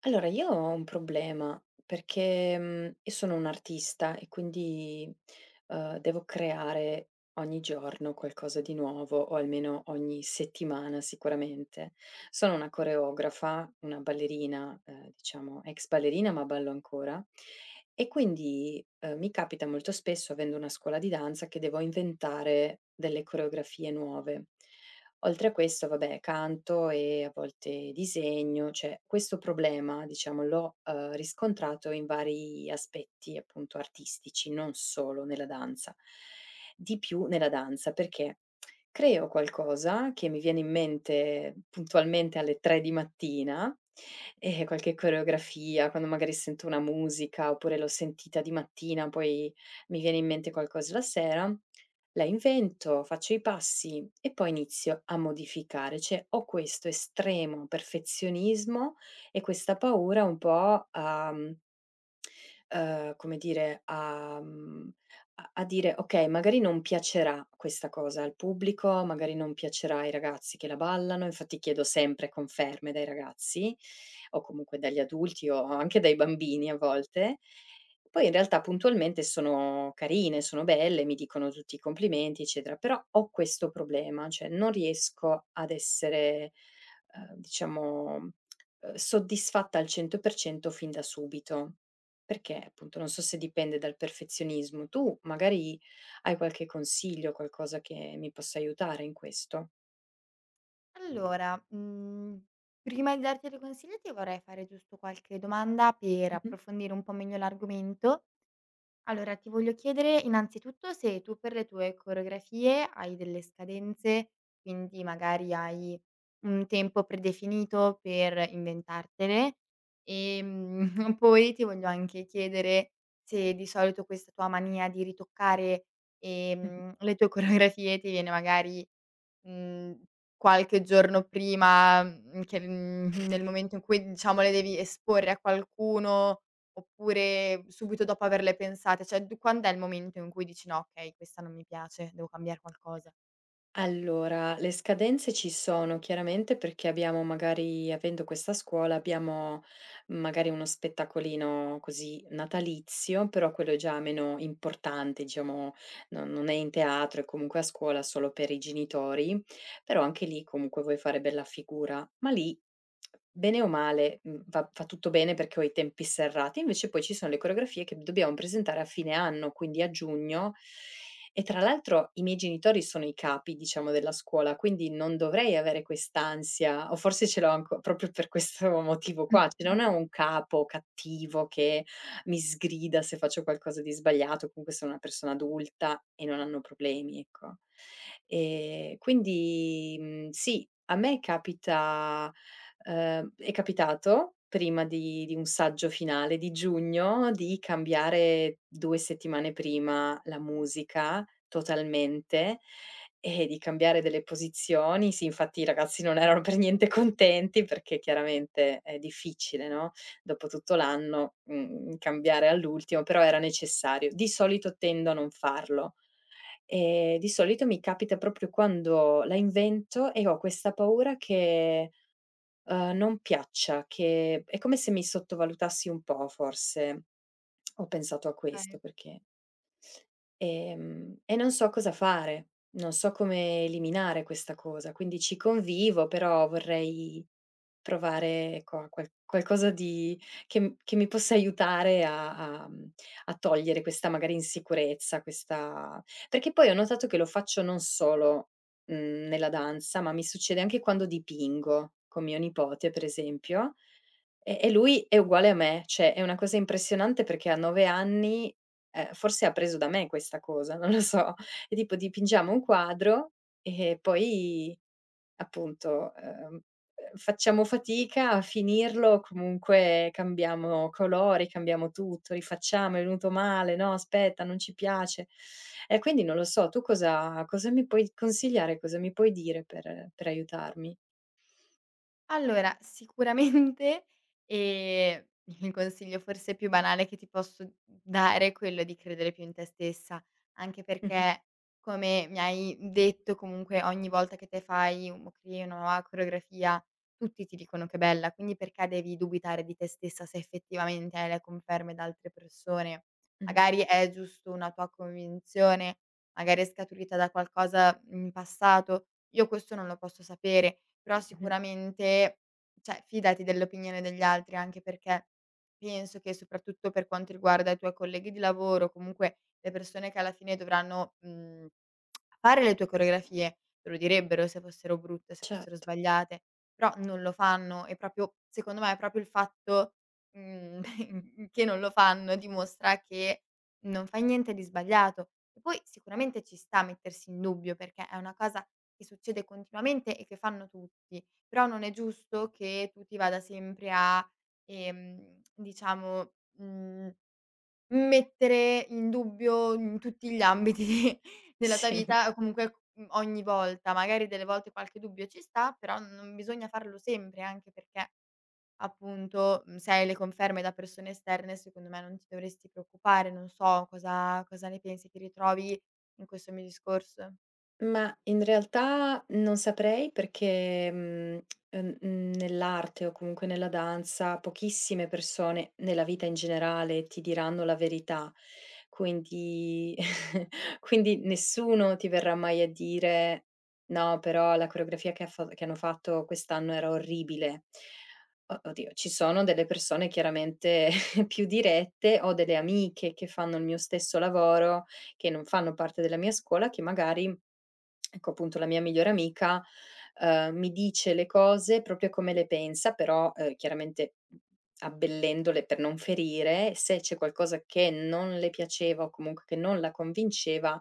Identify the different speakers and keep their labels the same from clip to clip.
Speaker 1: Allora, io ho un problema perché, io sono un'artista e quindi, devo creare ogni giorno qualcosa di nuovo o almeno ogni settimana sicuramente. Sono una coreografa, una ballerina, diciamo ex ballerina, ma ballo ancora e quindi, mi capita molto spesso, avendo una scuola di danza, che devo inventare delle coreografie nuove. Oltre a questo, vabbè, canto e a volte disegno, cioè questo problema, diciamo, l'ho, riscontrato in vari aspetti, appunto, artistici, non solo nella danza. Di più nella danza, perché creo qualcosa che mi viene in mente puntualmente alle 3 di mattina, qualche coreografia, quando magari sento una musica, oppure l'ho sentita di mattina, poi mi viene in mente qualcosa la sera la invento, faccio i passi e poi inizio a modificare. Cioè, ho questo estremo perfezionismo e questa paura un po' a come dire, a dire: "Okay, magari non piacerà questa cosa al pubblico, magari non piacerà ai ragazzi che la ballano", infatti chiedo sempre conferme dai ragazzi, o comunque dagli adulti o anche dai bambini a volte. Poi in realtà puntualmente sono carine, sono belle, mi dicono tutti i complimenti, eccetera, però ho questo problema, cioè non riesco ad essere, diciamo, soddisfatta al 100% fin da subito. Perché appunto non so se dipende dal perfezionismo. Tu magari hai qualche consiglio, qualcosa che mi possa aiutare in questo?
Speaker 2: Allora, prima di darti dei consigli ti vorrei fare giusto qualche domanda per
Speaker 1: Mh-mh.
Speaker 2: approfondire un po' meglio l'argomento. Allora, ti voglio chiedere innanzitutto se tu per le tue coreografie hai delle scadenze, quindi magari hai un tempo predefinito per inventartele. Poi ti voglio anche chiedere se di solito questa tua mania di ritoccare,
Speaker 1: Mh-mh.
Speaker 2: le tue coreografie ti viene magari Mhmm, qualche giorno prima, che nel momento in cui, diciamo, le devi esporre a qualcuno, oppure subito dopo averle pensate? Cioè, d quand'è il momento in cui dici: "No, okay, questa non mi piace, devo cambiare qualcosa"?
Speaker 1: Allora, le scadenze ci sono chiaramente perché abbiamo magari avendo questa scuola, abbiamo magari uno spettacolino così natalizio, però quello è già meno importante, diciamo, non è in teatro, è comunque a scuola solo per i genitori. Però anche lì comunque vuoi fare bella figura, ma lì bene o male, mhmm, va tutto bene perché ho i tempi serrati, invece poi ci sono le coreografie che dobbiamo presentare a fine anno, quindi a giugno e tra l'altro i miei genitori sono i capi, diciamo, della scuola, quindi non dovrei avere quest'ansia o forse ce l'ho anco proprio per questo motivo qua, cioè non è un capo cattivo che mi sgrida se faccio qualcosa di sbagliato, comunque sono una persona adulta e non hanno problemi, ecco. Quindi, mhmm, sì, a me capita è capitato prima di un saggio finale di giugno, di cambiare 2 settimane prima la musica totalmente e di cambiare delle posizioni. Sì, infatti i ragazzi non erano per niente contenti perché chiaramente è difficile, no, dopo tutto l'anno, mhmm, cambiare all'ultimo, però era necessario. Di solito tendo a non farlo. Di solito mi capita proprio quando la invento e ho questa paura che, non piaccia, che è come se mi sottovalutassi un po' forse. Ho pensato a
Speaker 2: Okay.
Speaker 1: questo perché e non so cosa fare, non so come eliminare questa cosa, quindi ci convivo, però vorrei trovare, ecco, a qualcosa di che mi possa aiutare a a togliere questa magari insicurezza, questa perché poi ho notato che lo faccio non solo, mhmm, nella danza, ma mi succede anche quando dipingo, con mio nipote per esempio, e lui è uguale a me, cioè è una cosa impressionante perché a 9 anni forse ha preso da me questa cosa, non lo so. E tipo dipingiamo un quadro e poi appunto, facciamo fatica a finirlo, comunque cambiamo colori, cambiamo tutto, rifacciamo, è venuto male, no aspetta, non ci piace. E quindi non lo so, tu cosa mi puoi consigliare, cosa mi puoi dire per aiutarmi?
Speaker 2: Allora, sicuramente, ehm, il consiglio forse più banale che ti posso dare è quello di credere più in te stessa, anche
Speaker 1: Mh-mh,
Speaker 2: perché, come mi hai detto, comunque ogni volta che te fai o crei una nuova coreografia, tutti ti dicono che è bella, quindi perché devi dubitare di te stessa se effettivamente hai le conferme da altre persone?
Speaker 1: mh-mh,
Speaker 2: Magari è giusto una tua convinzione, magari è scaturita da qualcosa in passato. Io questo non lo posso sapere, però
Speaker 1: mh-mh,
Speaker 2: sicuramente, cioè fidati dell'opinione degli altri, anche perché penso che soprattutto per quanto riguarda i tuoi colleghi di lavoro, comunque le persone che alla fine dovranno, mhmm fare le tue coreografie. Te lo direbbero se fossero brutte, se fossero
Speaker 1: certo,
Speaker 2: sbagliate, però non lo fanno e proprio secondo me, è proprio il fatto, mhmm, che non lo fanno dimostra che non fai niente di sbagliato. E poi sicuramente ci sta a mettersi in dubbio, perché è una cosa che succede continuamente e che fanno tutti, però non è giusto che tu ti vada sempre a, diciamo, mhmm mettere in dubbio in tutti gli ambiti della tua
Speaker 1: sì.
Speaker 2: vita o comunque, ogni volta. Magari delle volte qualche dubbio ci sta, però non bisogna farlo sempre, anche perché appunto, se hai le conferme da persone esterne secondo me non ti dovresti preoccupare. Non so cosa ne pensi, ti ritrovi in questo mio discorso?
Speaker 1: Ma in realtà non saprei perché, nell'arte o comunque nella danza pochissime persone, nella vita in generale, ti diranno la verità. Quindi quindi nessuno ti verrà mai a dire: "No, però la coreografia che ha fa che hanno fatto quest'anno era orribile." O oddio, ci sono delle persone chiaramente più dirette, ho delle amiche che fanno il mio stesso lavoro che non fanno parte della mia scuola, che magari ecco appunto la mia migliore amica, mi dice le cose proprio come le pensa, però, chiaramente abbellendole per non ferire. Se c'è qualcosa che non le piaceva o comunque che non la convinceva,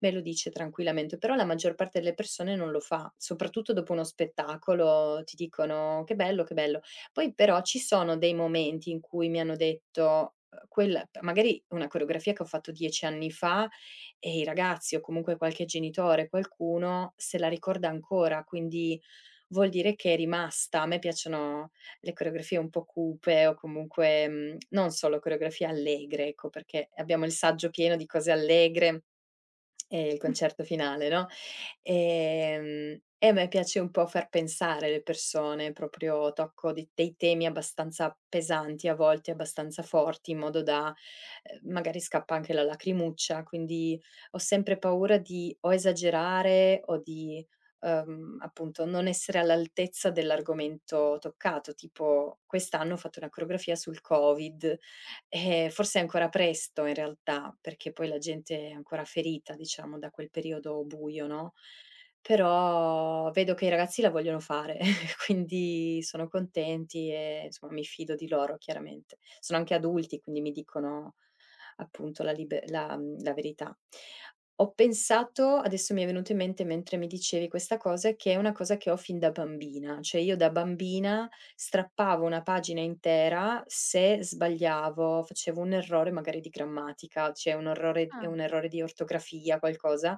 Speaker 1: me lo dice tranquillamente, però la maggior parte delle persone non lo fa, soprattutto dopo uno spettacolo ti dicono: "Che bello, che bello". Poi però ci sono dei momenti in cui mi hanno detto, quel magari una coreografia che ho fatto 10 anni fa e i ragazzi o comunque qualche genitore, qualcuno se la ricorda ancora, quindi vuol dire che è rimasta. A me piacciono le coreografie un po' cupe o comunque, mhmm, non solo coreografie allegre, ecco, perché abbiamo il saggio pieno di cose allegre il concerto finale, no, e a me piace un po' far pensare le persone, proprio tocco di dei temi abbastanza pesanti, a volte abbastanza forti, in modo da magari scappa anche la lacrimuccia, quindi ho sempre paura di o esagerare o di, appunto non essere all'altezza dell'argomento toccato, tipo quest'anno ho fatto una coreografia sul Covid. Forse è ancora presto in realtà, perché poi la gente è ancora ferita, diciamo, da quel periodo buio, no, però vedo che i ragazzi la vogliono fare, quindi sono contenti e insomma mi fido di loro chiaramente. Sono anche adulti, quindi mi dicono appunto la libe la mhmm, la verità. Ho pensato adesso mi è venuto in mente mentre mi dicevi questa cosa, che è una cosa che ho fin da bambina. Cioè io da bambina strappavo una pagina intera se sbagliavo, facevo un errore magari di grammatica, cioè
Speaker 2: Ah.
Speaker 1: un errore di ortografia, qualcosa,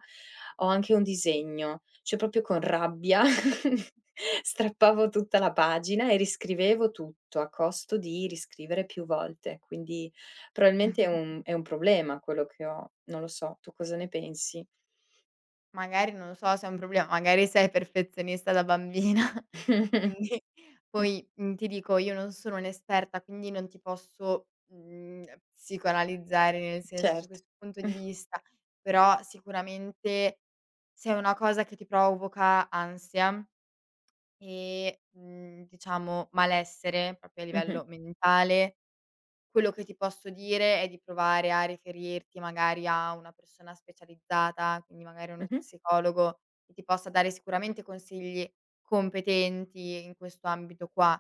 Speaker 1: o anche un disegno, cioè proprio con rabbia strappavo tutta la pagina e riscrivevo tutto a costo di riscrivere più volte. Quindi probabilmente è un problema quello che ho, non lo so, tu cosa ne pensi?
Speaker 2: Magari non lo so se è un problema, magari sei perfezionista da bambina, quindi poi, ti dico io non sono un'esperta, quindi non ti posso, psicoanalizzare nel senso su
Speaker 1: Certo.
Speaker 2: questo punto di vista, però sicuramente se è una cosa che ti provoca ansia e, diciamo malessere proprio a
Speaker 1: Mh-mh,
Speaker 2: livello mentale, quello che ti posso dire è di provare a riferirti magari a una persona specializzata, quindi magari uno
Speaker 1: mh-mh.
Speaker 2: psicologo che ti possa dare sicuramente consigli competenti in questo ambito qua.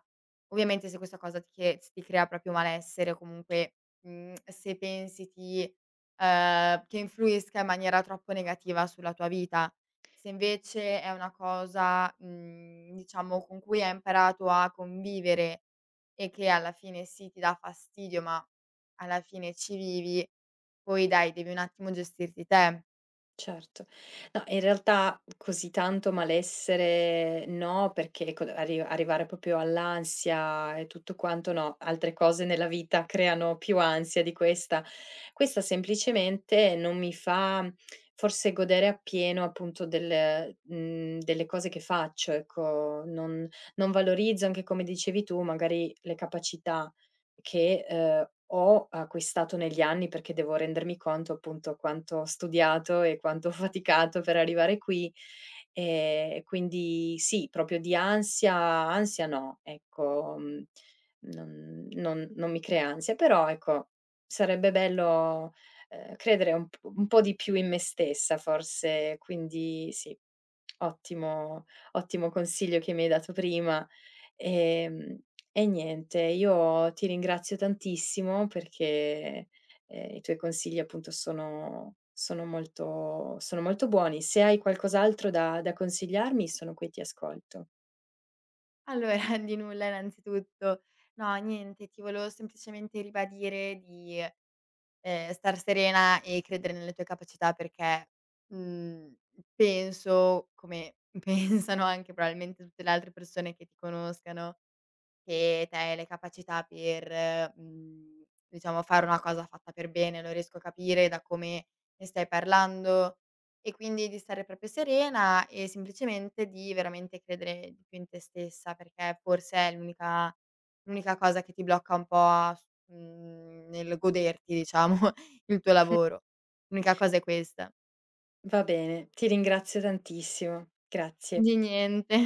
Speaker 2: Ovviamente se questa cosa ti che ti crea proprio malessere o comunque, se pensi ti che influisca in maniera troppo negativa sulla tua vita. Se invece è una cosa, diciamo con cui hai imparato a convivere e che alla fine sì, ti dà fastidio, ma alla fine ci vivi, poi dai, devi un attimo gestirti te.
Speaker 1: Certo. No, in realtà così tanto malessere no, perché ecco, arrivare proprio all'ansia e tutto quanto no, altre cose nella vita creano più ansia di questa. Questa semplicemente non mi fa forse godere appieno appunto del mhmm, delle cose che faccio, ecco, non non valorizzo anche come dicevi tu magari le capacità che, ho acquistato negli anni perché devo rendermi conto appunto quanto ho studiato e quanto ho faticato per arrivare qui. Quindi sì, proprio di ansia no, ecco, mhmm, non mi crea ansia, però ecco, sarebbe bello, credere un po' di più in me stessa forse, quindi sì, ottimo ottimo consiglio che mi hai dato prima. Ehm e niente, io ti ringrazio tantissimo perché, i tuoi consigli appunto sono molto buoni. Se hai qualcos'altro da consigliarmi sono qui e ti ascolto.
Speaker 2: Allora, di nulla innanzitutto. No, niente, ti volevo semplicemente ribadire di, star serena e credere nelle tue capacità perché, mhmm, penso, come pensano anche probabilmente tutte le altre persone che ti conoscano, che te hai le capacità per, diciamo fare una cosa fatta per bene, lo riesco a capire da come ne stai parlando, e quindi di stare proprio serena e semplicemente di veramente credere di più in te stessa, perché forse è l'unica l'unica cosa che ti blocca un po' a s nel goderti diciamo il tuo lavoro. L'unica cosa è questa.
Speaker 1: Va bene, ti ringrazio tantissimo. Grazie.
Speaker 2: Di niente.